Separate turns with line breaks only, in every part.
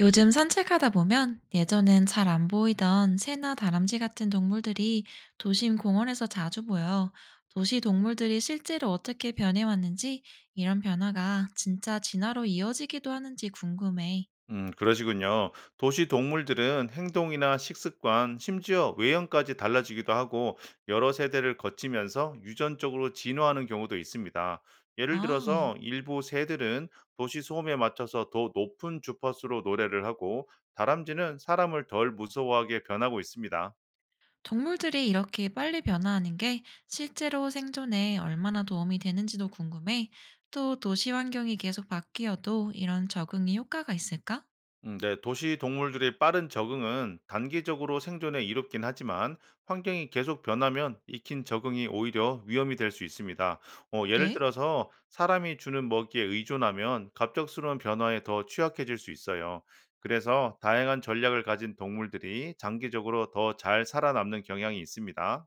요즘 산책하다 보면 예전엔 잘 안 보이던 새나 다람쥐 같은 동물들이 도심 공원에서 자주 보여. 도시 동물들이 실제로 어떻게 변해왔는지 이런 변화가 진짜 진화로 이어지기도 하는지 궁금해.
그러시군요. 도시 동물들은 행동이나 식습관, 심지어 외형까지 달라지기도 하고 여러 세대를 거치면서 유전적으로 진화하는 경우도 있습니다. 예를
아,
들어서 일부 새들은 도시 소음에 맞춰서 더 높은 주파수로 노래를 하고 다람쥐는 사람을 덜 무서워하게 변하고 있습니다.
동물들이 이렇게 빨리 변화하는 게 실제로 생존에 얼마나 도움이 되는지도 궁금해. 또 도시 환경이 계속 바뀌어도 이런 적응이 효과가 있을까?
네, 도시 동물들의 빠른 적응은 단기적으로 생존에 이롭긴 하지만 환경이 계속 변하면 익힌 적응이 오히려 위험이 될 수 있습니다. 예를
그래?
들어서 사람이 주는 먹이에 의존하면 갑작스러운 변화에 더 취약해질 수 있어요. 그래서 다양한 전략을 가진 동물들이 장기적으로 더 잘 살아남는 경향이 있습니다.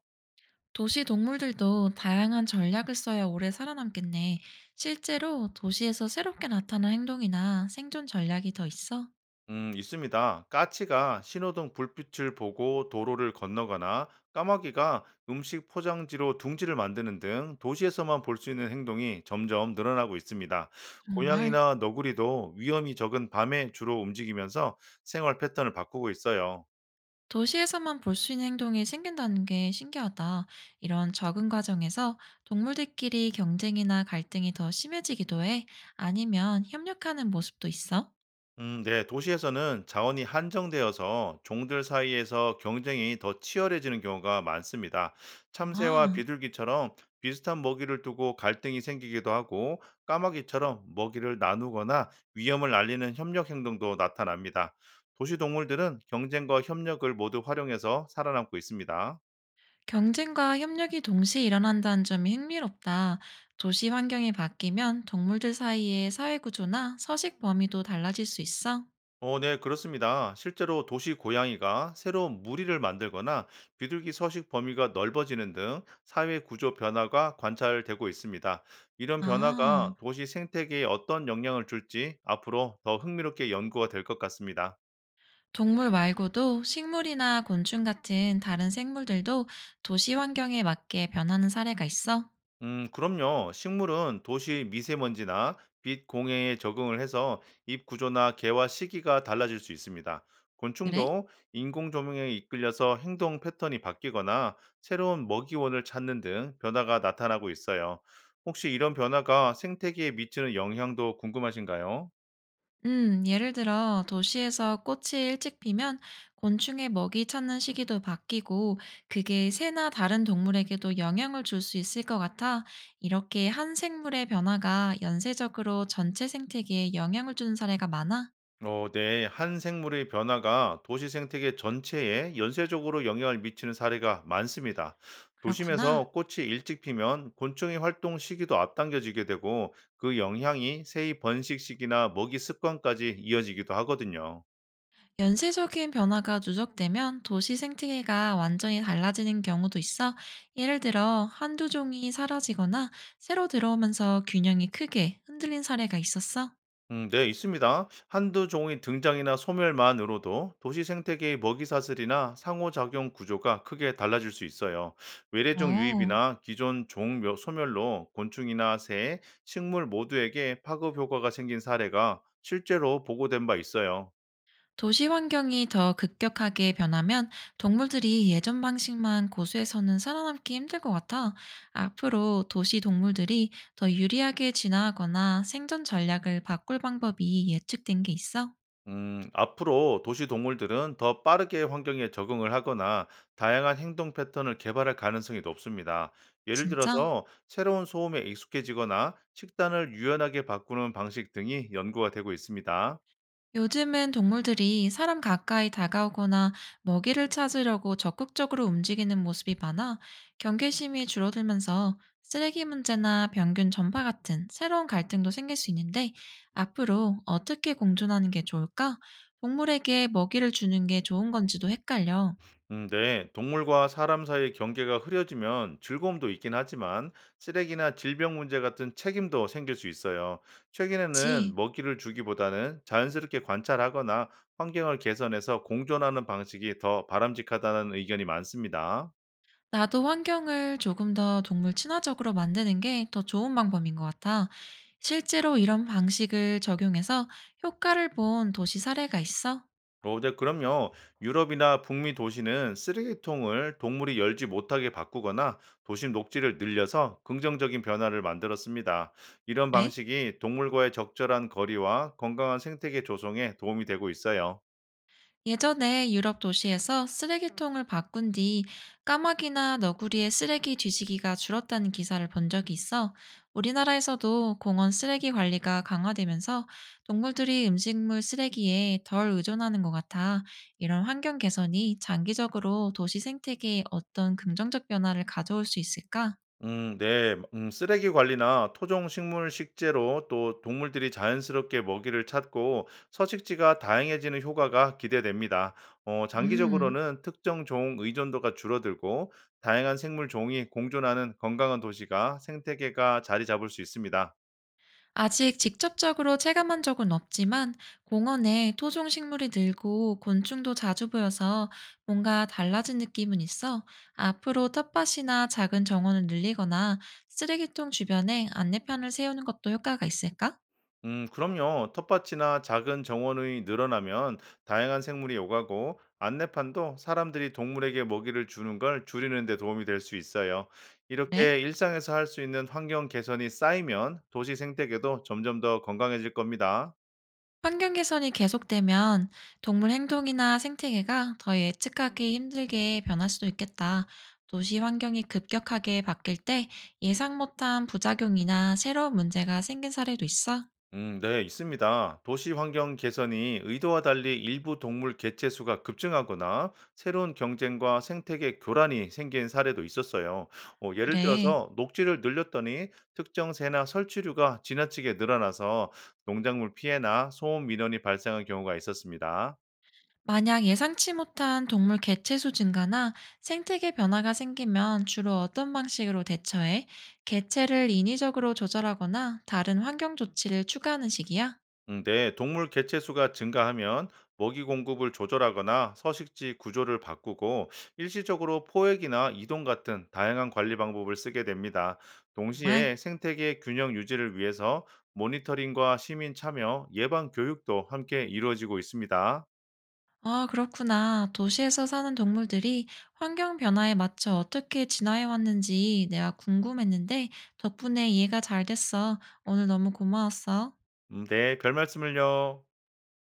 도시 동물들도 다양한 전략을 써야 오래 살아남겠네. 실제로 도시에서 새롭게 나타난 행동이나 생존 전략이 더 있어?
있습니다. 까치가 신호등 불빛을 보고 도로를 건너거나 까마귀가 음식 포장지로 둥지를 만드는 등 도시에서만 볼 수 있는 행동이 점점 늘어나고 있습니다.
정말?
고양이나 너구리도 위험이 적은 밤에 주로 움직이면서 생활 패턴을 바꾸고 있어요.
도시에서만 볼 수 있는 행동이 생긴다는 게 신기하다. 이런 적응 과정에서 동물들끼리 경쟁이나 갈등이 더 심해지기도 해. 아니면 협력하는 모습도 있어?
네. 도시에서는 자원이 한정되어서 종들 사이에서 경쟁이 더 치열해지는 경우가 많습니다. 참새와
아.
비둘기처럼 비슷한 먹이를 두고 갈등이 생기기도 하고 까마귀처럼 먹이를 나누거나 위험을 알리는 협력 행동도 나타납니다. 도시 동물들은 경쟁과 협력을 모두 활용해서 살아남고 있습니다.
경쟁과 협력이 동시에 일어난다는 점이 흥미롭다. 도시 환경이 바뀌면 동물들 사이의 사회 구조나 서식 범위도 달라질 수 있어?
네, 그렇습니다. 실제로 도시 고양이가 새로운 무리를 만들거나 비둘기 서식 범위가 넓어지는 등 사회 구조 변화가 관찰되고 있습니다. 이런
아,
변화가 도시 생태계에 어떤 영향을 줄지 앞으로 더 흥미롭게 연구가 될 것 같습니다.
동물 말고도 식물이나 곤충 같은 다른 생물들도 도시 환경에 맞게 변하는 사례가 있어?
그럼요. 식물은 도시 미세먼지나 빛 공해에 적응을 해서 잎 구조나 개화 시기가 달라질 수 있습니다.
그래?
곤충도 인공 조명에 이끌려서 행동 패턴이 바뀌거나 새로운 먹이원을 찾는 등 변화가 나타나고 있어요. 혹시 이런 변화가 생태계에 미치는 영향도 궁금하신가요?
예를 들어 도시에서 꽃이 일찍 피면 곤충의 먹이 찾는 시기도 바뀌고 그게 새나 다른 동물에게도 영향을 줄 수 있을 것 같아. 이렇게 한 생물의 변화가 연쇄적으로 전체 생태계에 영향을 주는 사례가 많아.
네. 한 생물의 변화가 도시 생태계 전체에 연쇄적으로 영향을 미치는 사례가 많습니다.
그렇구나.
도심에서 꽃이 일찍 피면 곤충의 활동 시기도 앞당겨지게 되고 그 영향이 새의 번식 시기나 먹이 습관까지 이어지기도 하거든요.
연쇄적인 변화가 누적되면 도시 생태계가 완전히 달라지는 경우도 있어. 예를 들어 한두 종이 사라지거나 새로 들어오면서 균형이 크게 흔들린 사례가 있었어.
네, 있습니다. 한두 종의 등장이나 소멸만으로도 도시 생태계의 먹이 사슬이나 상호작용 구조가 크게 달라질 수 있어요. 외래종
어.
유입이나 기존 종 소멸로 곤충이나 새, 식물 모두에게 파급 효과가 생긴 사례가 실제로 보고된 바 있어요.
도시 환경이 더 급격하게 변하면 동물들이 예전 방식만 고수해서는 살아남기 힘들 것 같아. 앞으로 도시 동물들이 더 유리하게 진화하거나 생존 전략을 바꿀 방법이 예측된 게 있어?
앞으로 도시 동물들은 더 빠르게 환경에 적응을 하거나 다양한 행동 패턴을 개발할 가능성이 높습니다. 예를
진짜?
들어서 새로운 소음에 익숙해지거나 식단을 유연하게 바꾸는 방식 등이 연구가 되고 있습니다.
요즘은 동물들이 사람 가까이 다가오거나 먹이를 찾으려고 적극적으로 움직이는 모습이 많아. 경계심이 줄어들면서 쓰레기 문제나 병균 전파 같은 새로운 갈등도 생길 수 있는데 앞으로 어떻게 공존하는 게 좋을까? 동물에게 먹이를 주는 게 좋은 건지도 헷갈려.
네. 동물과 사람 사이의 경계가 흐려지면 즐거움도 있긴 하지만 쓰레기나 질병 문제 같은 책임도 생길 수 있어요. 최근에는
그치?
먹이를 주기보다는 자연스럽게 관찰하거나 환경을 개선해서 공존하는 방식이 더 바람직하다는 의견이 많습니다.
나도 환경을 조금 더 동물 친화적으로 만드는 게 더 좋은 방법인 것 같아. 실제로 이런 방식을 적용해서 효과를 본 도시 사례가 있어?
네, 그럼요. 유럽이나 북미 도시는 쓰레기통을 동물이 열지 못하게 바꾸거나 도심 녹지를 늘려서 긍정적인 변화를 만들었습니다. 이런
그래?
방식이 동물과의 적절한 거리와 건강한 생태계 조성에 도움이 되고 있어요.
예전에 유럽 도시에서 쓰레기통을 바꾼 뒤 까마귀나 너구리의 쓰레기 뒤지기가 줄었다는 기사를 본 적이 있어. 우리나라에서도 공원 쓰레기 관리가 강화되면서 동물들이 음식물 쓰레기에 덜 의존하는 것 같아. 이런 환경 개선이 장기적으로 도시 생태계에 어떤 긍정적 변화를 가져올 수 있을까?
네. 쓰레기 관리나 토종 식물 식재로 또 동물들이 자연스럽게 먹이를 찾고 서식지가 다양해지는 효과가 기대됩니다.
음.
장기적으로는 특정 종 의존도가 줄어들고 다양한 생물 종이 공존하는 건강한 도시가 생태계가 자리 잡을 수 있습니다.
아직 직접적으로 체감한 적은 없지만 공원에 토종 식물이 늘고 곤충도 자주 보여서 뭔가 달라진 느낌은 있어. 앞으로 텃밭이나 작은 정원을 늘리거나 쓰레기통 주변에 안내편을 세우는 것도 효과가 있을까?
그럼요. 텃밭이나 작은 정원이 늘어나면 다양한 생물이 오가고 안내판도 사람들이 동물에게 먹이를 주는 걸 줄이는 데 도움이 될 수 있어요.
그래?
이렇게 일상에서 할 수 있는 환경 개선이 쌓이면 도시 생태계도 점점 더 건강해질 겁니다.
환경 개선이 계속되면 동물 행동이나 생태계가 더 예측하기 힘들게 변할 수도 있겠다. 도시 환경이 급격하게 바뀔 때 예상 못한 부작용이나 새로운 문제가 생긴 사례도 있어.
네, 있습니다. 도시 환경 개선이 의도와 달리 일부 동물 개체 수가 급증하거나 새로운 경쟁과 생태계 교란이 생긴 사례도 있었어요. 예를
그래.
들어서 녹지를 늘렸더니 특정 새나 설치류가 지나치게 늘어나서 농작물 피해나 소음 민원이 발생한 경우가 있었습니다.
만약 예상치 못한 동물 개체수 증가나 생태계 변화가 생기면 주로 어떤 방식으로 대처해? 개체를 인위적으로 조절하거나 다른 환경 조치를 추가하는 식이야?
네, 동물 개체 수가 증가하면 먹이 공급을 조절하거나 서식지 구조를 바꾸고 일시적으로 포획이나 이동 같은 다양한 관리 방법을 쓰게 됩니다. 동시에
정말?
생태계 균형 유지를 위해서 모니터링과 시민 참여, 예방 교육도 함께 이루어지고 있습니다.
아, 그렇구나. 도시에서 사는 동물들이 환경 변화에 맞춰 어떻게 진화해 왔는지 내가 궁금했는데 덕분에 이해가 잘 됐어. 오늘 너무 고마웠어.
네, 별 말씀을요.